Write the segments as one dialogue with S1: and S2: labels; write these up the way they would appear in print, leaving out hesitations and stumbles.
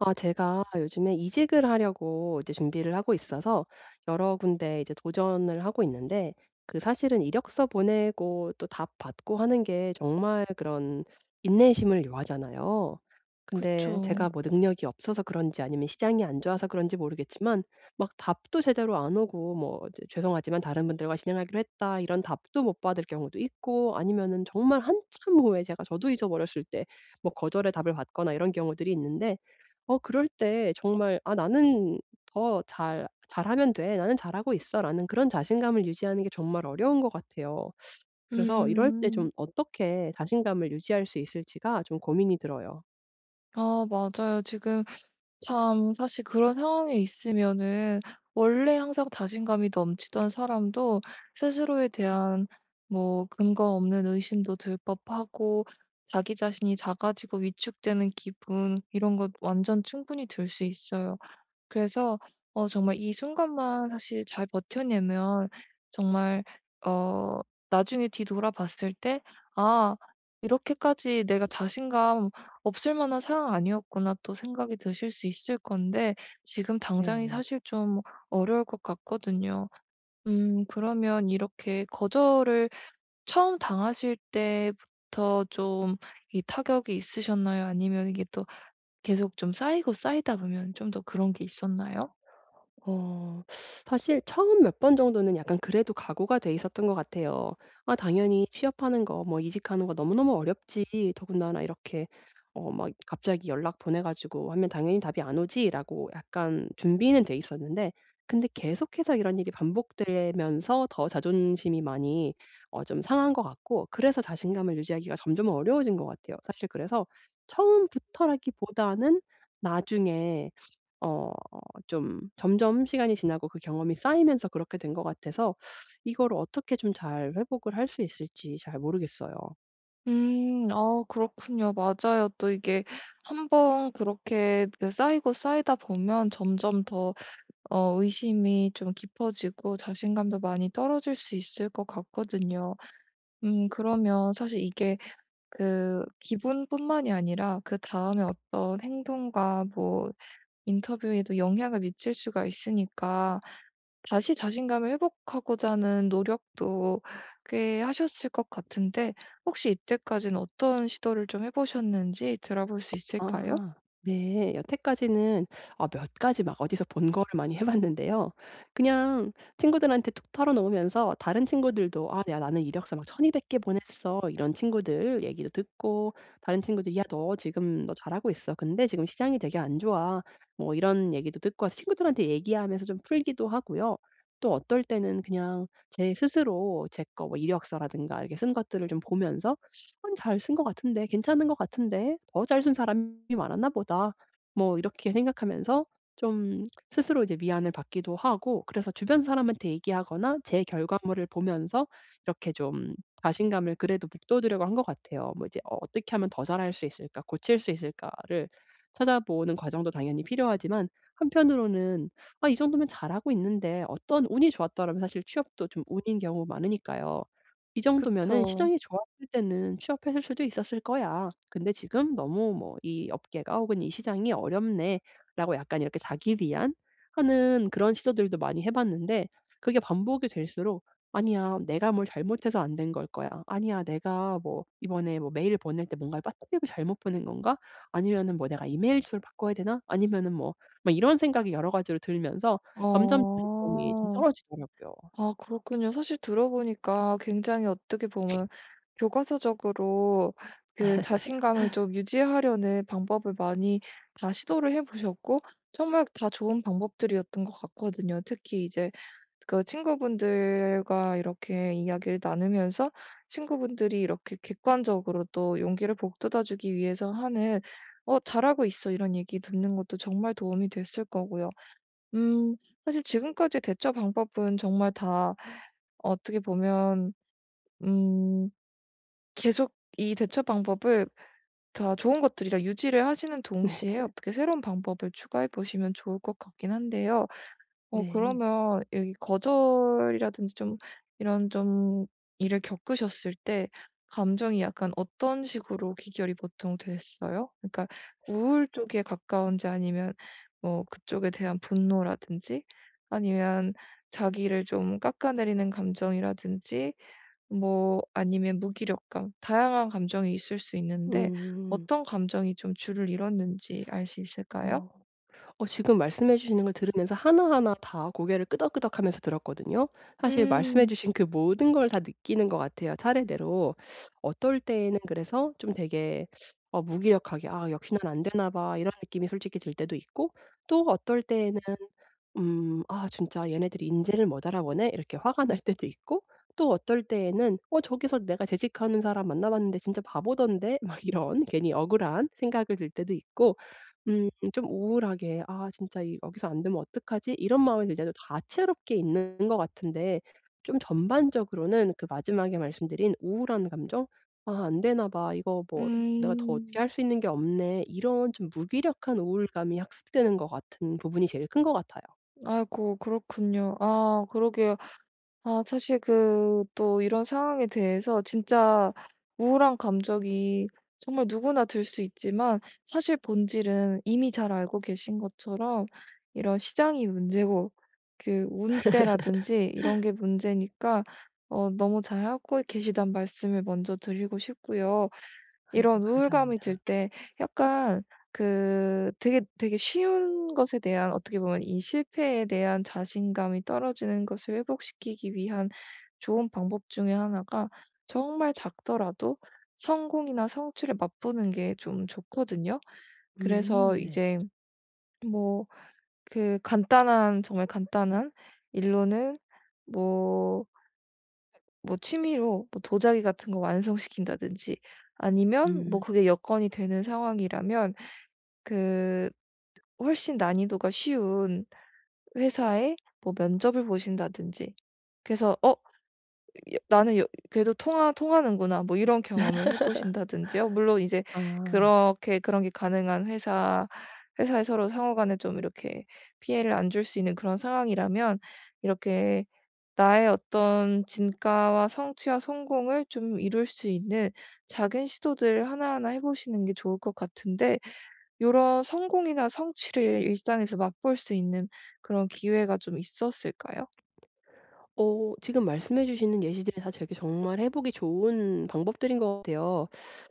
S1: 아 제가 요즘에 이직을 하려고 이제 준비를 하고 있어서 여러 군데 이제 도전을 하고 있는데 그 사실은 이력서 보내고 또 답 받고 하는 게 정말 그런 인내심을 요하잖아요. 근데
S2: 그쵸.
S1: 제가 뭐 능력이 없어서 그런지 아니면 시장이 안 좋아서 그런지 모르겠지만 막 답도 제대로 안 오고 뭐 이제 "죄송하지만 다른 분들과 진행하기로 했다." 이런 답도 못 받을 경우도 있고 아니면은 정말 한참 후에 제가 저도 잊어버렸을 때 뭐 거절의 답을 받거나 이런 경우들이 있는데. 그럴 때 정말 '아 나는 더 잘 잘하면 돼. 나는 잘하고 있어.'라는 그런 자신감을 유지하는 게 정말 어려운 것 같아요. 그래서 이럴 때
S2: 음.
S1: 좀 어떻게 자신감을 유지할 수 있을지가 좀 고민이 들어요.
S2: 아 맞아요. 지금 참 사실 그런 상황에 있으면은, 원래 항상 자신감이 넘치던 사람도 스스로에 대한 뭐 근거 없는 의심도 들 법하고, 자기 자신이 작아지고 위축되는 기분 이런 것 완전 충분히 들 수 있어요. 그래서 정말 이 순간만 사실 잘 버텨내면, 정말 어 나중에 뒤돌아봤을 때 '아 이렇게까지 내가 자신감 없을 만한 상황 아니었구나.' 또 생각이 드실 수 있을 건데, 지금 당장이
S1: 네.
S2: 사실 좀 어려울 것 같거든요. 그러면 이렇게 거절을 처음 당하실 때부터 좀 이 타격이 있으셨나요? 아니면 이게 또 계속 좀 쌓이고 쌓이다 보면 좀 더 그런 게 있었나요?
S1: 어 사실 처음 몇 번 정도는 약간 그래도 각오가 돼 있었던 것 같아요. '아 당연히 취업하는 거 뭐 이직하는 거 너무너무 어렵지. 더군다나 이렇게 막 갑자기 연락 보내 가지고 하면 당연히 답이 안 오지.'라고 약간 준비는 돼 있었는데. 근데 계속해서 이런 일이 반복되면서 더 자존심이 많이 좀 상한 것 같고 그래서 자신감을 유지하기가 점점 어려워진 것 같아요. 사실 그래서 처음부터라기보다는 나중에 어 좀 점점 시간이 지나고 그 경험이 쌓이면서 그렇게 된 것 같아서 이거를 어떻게 좀 잘 회복을 할 수 있을지 잘 모르겠어요.
S2: 음. 아 그렇군요. 맞아요. 또 이게 한번 그렇게 그 쌓이고 쌓이다 보면 점점 더 의심이 좀 깊어지고 자신감도 많이 떨어질 수 있을 것 같거든요. 그러면 사실 이게 그 기분뿐만이 아니라 그다음에 어떤 행동과 뭐 인터뷰에도 영향을 미칠 수가 있으니까, 다시 자신감을 회복하고자 하는 노력도 꽤 하셨을 것 같은데, 혹시 이때까지는 어떤 시도를 좀 해 보셨는지 들어볼 수 있을까요?
S1: 아 네. 여태까지는 아 몇 가지 막 어디서 본 거를 많이 해 봤는데요. 그냥 친구들한테 툭 털어 놓으면서 다른 친구들도 "아 야 나는 이력서 막 1,200개 보냈어." 이런 친구들 얘기도 듣고 다른 친구들 "야 너 지금 너 잘하고 있어. 근데 지금 시장이 되게 안 좋아." 뭐 이런 얘기도 듣고 서 친구들한테 얘기하면서 좀 풀기도 하고요. 또 어떨 때는 그냥 제 스스로 제 거 뭐 이력서라든가 이렇게 쓴 것들을 좀 보면서 한 잘 쓴 것 같은데. 괜찮은 것 같은데. 더 잘 쓴 사람이 많았나 보다.' 뭐 이렇게 생각하면서 좀 스스로 이제 미안을 받기도 하고 그래서 주변 사람한테 얘기하거나 제 결과물을 보면서 이렇게 좀 자신감을 그래도 북돋으려고 한 것 같아요. 뭐 이제 '어 어떻게 하면 더 잘할 수 있을까? 고칠 수 있을까?'를 찾아보는 과정도 당연히 필요하지만 한편으로는 '아 이 정도면 잘하고 있는데.' 어떤 운이 좋았더라면 사실 취업도 좀 운인 경우 많으니까요. 이 정도면은
S2: 그쵸.
S1: '시장이 좋았을 때는 취업했을 수도 있었을 거야. 근데 지금 너무 뭐 이 업계가 혹은 이 시장이 어렵네.'라고 약간 이렇게 자기 위안 하는 그런 시도들도 많이 해 봤는데. 그게 반복이 될수록 '아니야. 내가 뭘 잘못해서 안 된 걸 거야. 아니야. 내가 뭐 이번에 뭐 메일 보낼 때 뭔가를 빠뜨리고 잘못 보낸 건가? 아니면은 뭐 내가 이메일 주소를 바꿔야 되나? 아니면은 뭐' 막 이런 생각이 여러 가지로 들면서 점점 자신감이 좀
S2: 어.
S1: 떨어지더라고요.
S2: 아 그렇군요. 사실 들어보니까 굉장히 어떻게 보면 교과서적으로 그 자신감을 좀 유지하려는 방법을 많이 다 시도를 해 보셨고, 정말 다 좋은 방법들이었던 것 같거든요. 특히 이제 그 친구분들과 이렇게 이야기를 나누면서, 친구분들이 이렇게 객관적으로 또 용기를 북돋아 주기 위해서 하는 "어 잘하고 있어." 이런 얘기 듣는 것도 정말 도움이 됐을 거고요. 음 사실 지금까지 대처 방법은 정말 다 어떻게 보면, 음 계속 이 대처 방법을 다 좋은 것들이라 유지를 하시는 동시에 어떻게 새로운 방법을 추가해 보시면 좋을 것 같긴 한데요.
S1: 네.
S2: 그러면 여기 거절이라든지 좀 이런 좀 일을 겪으셨을 때, 감정이 약간 어떤 식으로 귀결이 보통 됐어요? 그러니까 우울 쪽에 가까운지, 아니면 뭐 그쪽에 대한 분노라든지, 아니면 자기를 좀 깎아내리는 감정이라든지, 뭐 아니면 무기력감, 다양한 감정이 있을 수 있는데,
S1: 음.
S2: 어떤 감정이 좀 주를 잃었는지 알 수 있을까요?
S1: 어. 지금 말씀해 주시는 걸 들으면서 하나하나 다 고개를 끄덕끄덕하면서 들었거든요. 사실 말씀해
S2: 음.
S1: 주신 그 모든 걸 다 느끼는 것 같아요 차례대로. 어떨 때에는 그래서 좀 되게 무기력하게 '아 역시 난 안 되나 봐.' 이런 느낌이 솔직히 들 때도 있고, 또 어떨 때에는 '아 진짜 얘네들이 인재를 못 알아보네.' 이렇게 화가 날 때도 있고, 또 어떨 때에는 '어 저기서 내가 재직하는 사람 만나 봤는데 진짜 바보던데.' 막 이런 괜히 억울한 생각을 들 때도 있고, 음 좀 우울하게 '아 진짜 이 여기서 안 되면 어떡하지?' 이런 마음이 들 때도 다채롭게 있는 것 같은데, 좀 전반적으로는 그 마지막에 말씀드린 우울한 감정, '아 안 되나 봐. 이거 뭐 내가 더 어떻게
S2: 음.
S1: 할 수 있는 게 없네.' 이런 좀 무기력한 우울감이 학습되는 것 같은 부분이 제일 큰 것 같아요.
S2: 아이고, 그렇군요. 아 그러게요. 아 사실 그 또 이런 상황에 대해서 진짜 우울한 감정이 정말 누구나 들 수 있지만, 사실 본질은 이미 잘 알고 계신 것처럼 이런 시장이 문제고, 그 운 때라든지 이런 게 문제니까, 너무 잘하고 계시단 말씀을 먼저 드리고 싶고요.
S1: 아이고
S2: 이런 우울감이 들
S1: 감사합니다.
S2: 때 약간, 그 되게 되게 쉬운 것에 대한, 어떻게 보면 이 실패에 대한 자신감이 떨어지는 것을 회복시키기 위한 좋은 방법 중에 하나가, 정말 작더라도 성공이나 성취를 맛보는 게 좀 좋거든요. 그래서
S1: 네.
S2: 이제 뭐 그 간단한, 정말 간단한 일로는, 뭐 뭐 취미로 뭐 도자기 같은 거 완성시킨다든지, 아니면 뭐
S1: 음.
S2: 그게 여건이 되는 상황이라면 그 훨씬 난이도가 쉬운 회사에 뭐 면접을 보신다든지, 그래서 '어 여 '나는 여 그래도 통하는구나.' 뭐 이런 경험을 해 보신다든지요. 물론 이제
S1: 아.
S2: 그렇게 그런 게 가능한 회사에, 서로 상호 간에 좀 이렇게 피해를 안 줄 수 있는 그런 상황이라면, 이렇게 나의 어떤 진가와 성취와 성공을 좀 이룰 수 있는 작은 시도들 하나하나 해 보시는 게 좋을 것 같은데, 이런 성공이나 성취를 일상에서 맛볼 수 있는 그런 기회가 좀 있었을까요?
S1: 지금 말씀해 주시는 예시들이 다 되게 정말 해 보기 좋은 방법들인 것 같아요.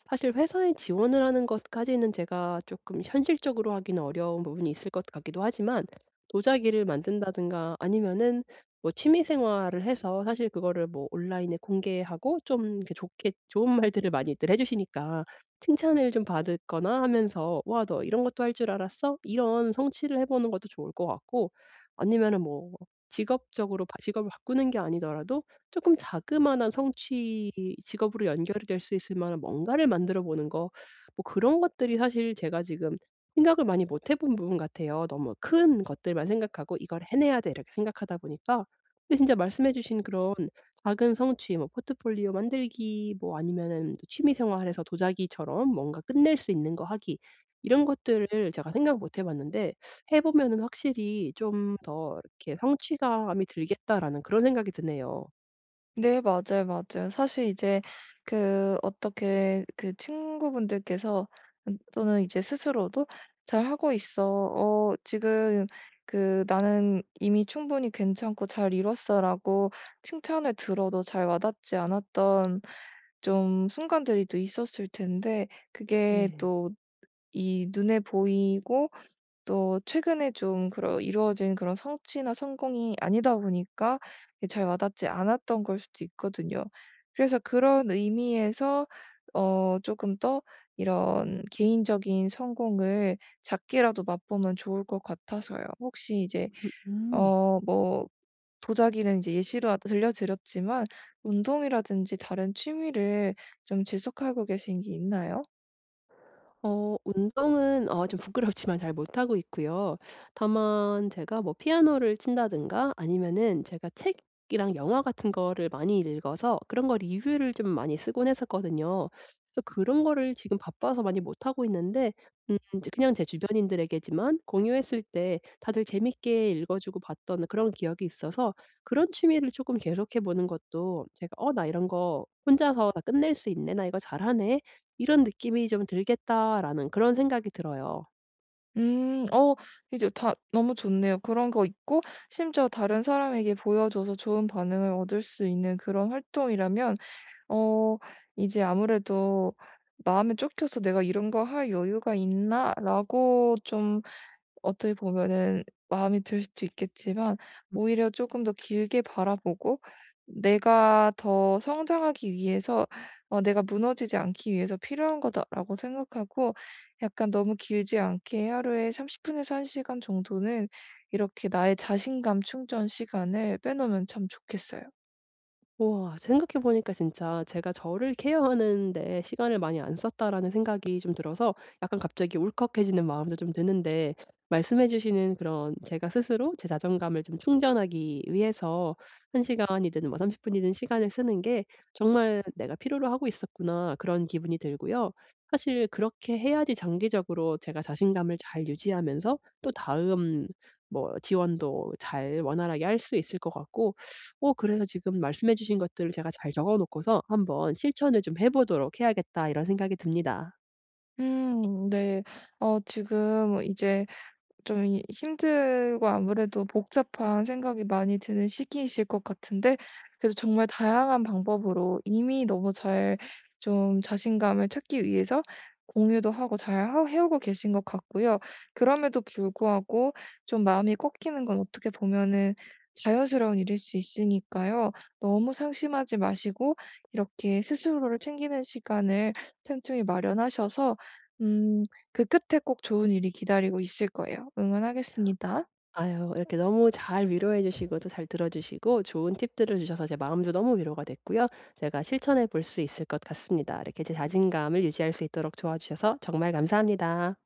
S1: 사실 회사에 지원을 하는 것까지는 제가 쪼끔 현실적으로 하기는 어려운 부분이 있을 것 같기도 하지만, 도자기를 만든다든가 아니면은 뭐 취미 생활을 해서 사실 그거를 뭐 온라인에 공개하고 좀 이렇게 좋게 좋은 말들을 많이들 해 주시니까 칭찬을 좀 받거나 하면서 "와 너 이런 것도 할 줄 알았어?" 이런 성취를 해 보는 것도 좋을 것 같고, 아니면은 뭐 직업적으로 바 직업을 바꾸는 게 아니더라도 조금 자그마한 성취, 직업으로 연결이 될 수 있을 만한 뭔가를 만들어 보는 거, 뭐 그런 것들이 사실 제가 지금 생각을 많이 못 해본 부분 같아요. 너무 큰 것들만 생각하고 '이걸 해내야 돼.' 이렇게 생각하다 보니까. 근데 진짜 말씀해 주신 그런 작은 성취, 뭐 포트폴리오 만들기, 뭐 아니면은 취미 생활에서 도자기처럼 뭔가 끝낼 수 있는 거 하기, 이런 것들을 제가 생각 못 해 봤는데 해 보면은 확실히 좀 더 이렇게 성취감이 들겠다라는 그런 생각이 드네요.
S2: 네, 맞아요, 맞아요. 사실 이제 그 어떻게 그 친구분들께서, 또는 이제 스스로도 "잘 하고 있어," 지금 그 "나는 이미 충분히 괜찮고 잘 이뤘어라고 칭찬을 들어도 잘 와닿지 않았던 좀 순간들이 또 있었을 텐데, 그게
S1: 네.
S2: 또 이 눈에 보이고 또 최근에 좀 그런 이루어진 그런 성취나 성공이 아니다 보니까 이게 잘 와닿지 않았던 걸 수도 있거든요. 그래서 그런 의미에서 조금 더 이런 개인적인 성공을 작게라도 맛보면 좋을 것 같아서요. 혹시 이제
S1: 음.
S2: 뭐 도자기는 이제 예시로 들려 드렸지만, 운동이라든지 다른 취미를 좀 지속하고 계신 게 있나요?
S1: 운동은 좀 부끄럽지만 잘 못하고 있고요. 다만 제가 뭐 피아노를 친다든가 아니면은 제가 책이랑 영화 같은 거를 많이 읽어서 그런 거 리뷰를 좀 많이 쓰곤 했었거든요. 그래서 그런 거를 지금 바빠서 많이 못하고 있는데, 이제 그냥 제 주변인들에게지만 공유했을 때 다들 재밌게 읽어 주고 봤던 그런 기억이 있어서 그런 취미를 조금 계속해 보는 것도 제가 '어 나 이런 거 혼자서 다 끝낼 수 있네. 나 이거 잘하네.' '이런 느낌이 좀 들겠다.'라는 그런 생각이 들어요.
S2: 음. 이제 다 너무 좋네요. 그런 거 있고, 심지어 다른 사람에게 보여줘서 좋은 반응을 얻을 수 있는 그런 활동이라면, 어 이제 아무래도 '마음에 쫓겨서 내가 이런 거 할 여유가 있나?'라고 좀 어떻게 보면은 마이 들 수도 있겠지만, 오히려 조금 더 길게 바라보고 내가 더 성장하기 위해서 '내가 무너지지 않기 위해서 필요한 거다.'라고 생각하고, 약간 너무 길지 않게 하루에 30 분에서 1시간 정도는 이렇게 나의 자신감 충전 시간을 빼놓으면 참 좋겠어요.
S1: 우와. 생각해 보니까 진짜 제가 저를 케어하는 데 시간을 많이 안 썼다라는 생각이 좀 들어서 약간 갑자기 울컥해지는 마음도 좀 드는데, 말씀해 주시는 그런 제가 스스로 제 자존감을 좀 충전하기 위해서 1 시간이든 뭐 30 분이든 시간을 쓰는 게 정말 '내가 필요로 하고 있었구나.' 그런 기분이 들고요. 사실 그렇게 해야지 장기적으로 제가 자신감을 잘 유지하면서 또 다음 뭐 지원도 잘 원활하게 할 수 있을 것 같고, 그래서 지금 말씀해 주신 것들을 제가 잘 적어 놓고서 '한번 실천을 좀 해 보도록 해야겠다.' 이런 생각이 듭니다.
S2: 네. 지금 이제 좀 이 힘들고 아무래도 복잡한 생각이 많이 드는 시기이실 것 같은데, 그래서 정말 다양한 방법으로 이미 너무 잘 좀 자신감을 찾기 위해서 공유도 하고 잘 하 해오고 계신 것 같고요. 그럼에도 불구하고 좀 마음이 꺾이는 건 어떻게 보면은 자연스러운 일일 수 있으니까요. 너무 상심하지 마시고 이렇게 스스로를 챙기는 시간을 틈틈이 마련하셔서, 음 그 끝에 꼭 좋은 일이 기다리고 있을 거예요. 응원하겠습니다.
S1: 아유 이렇게 너무 잘 위로해 주시고 또 잘 들어 주시고 좋은 팁들을 주셔서 제 마음도 너무 위로가 됐고요. 제가 실천해 볼 수 있을 것 같습니다. 이렇게 제 자신감을 유지할 수 있도록 도와주셔서 정말 감사합니다.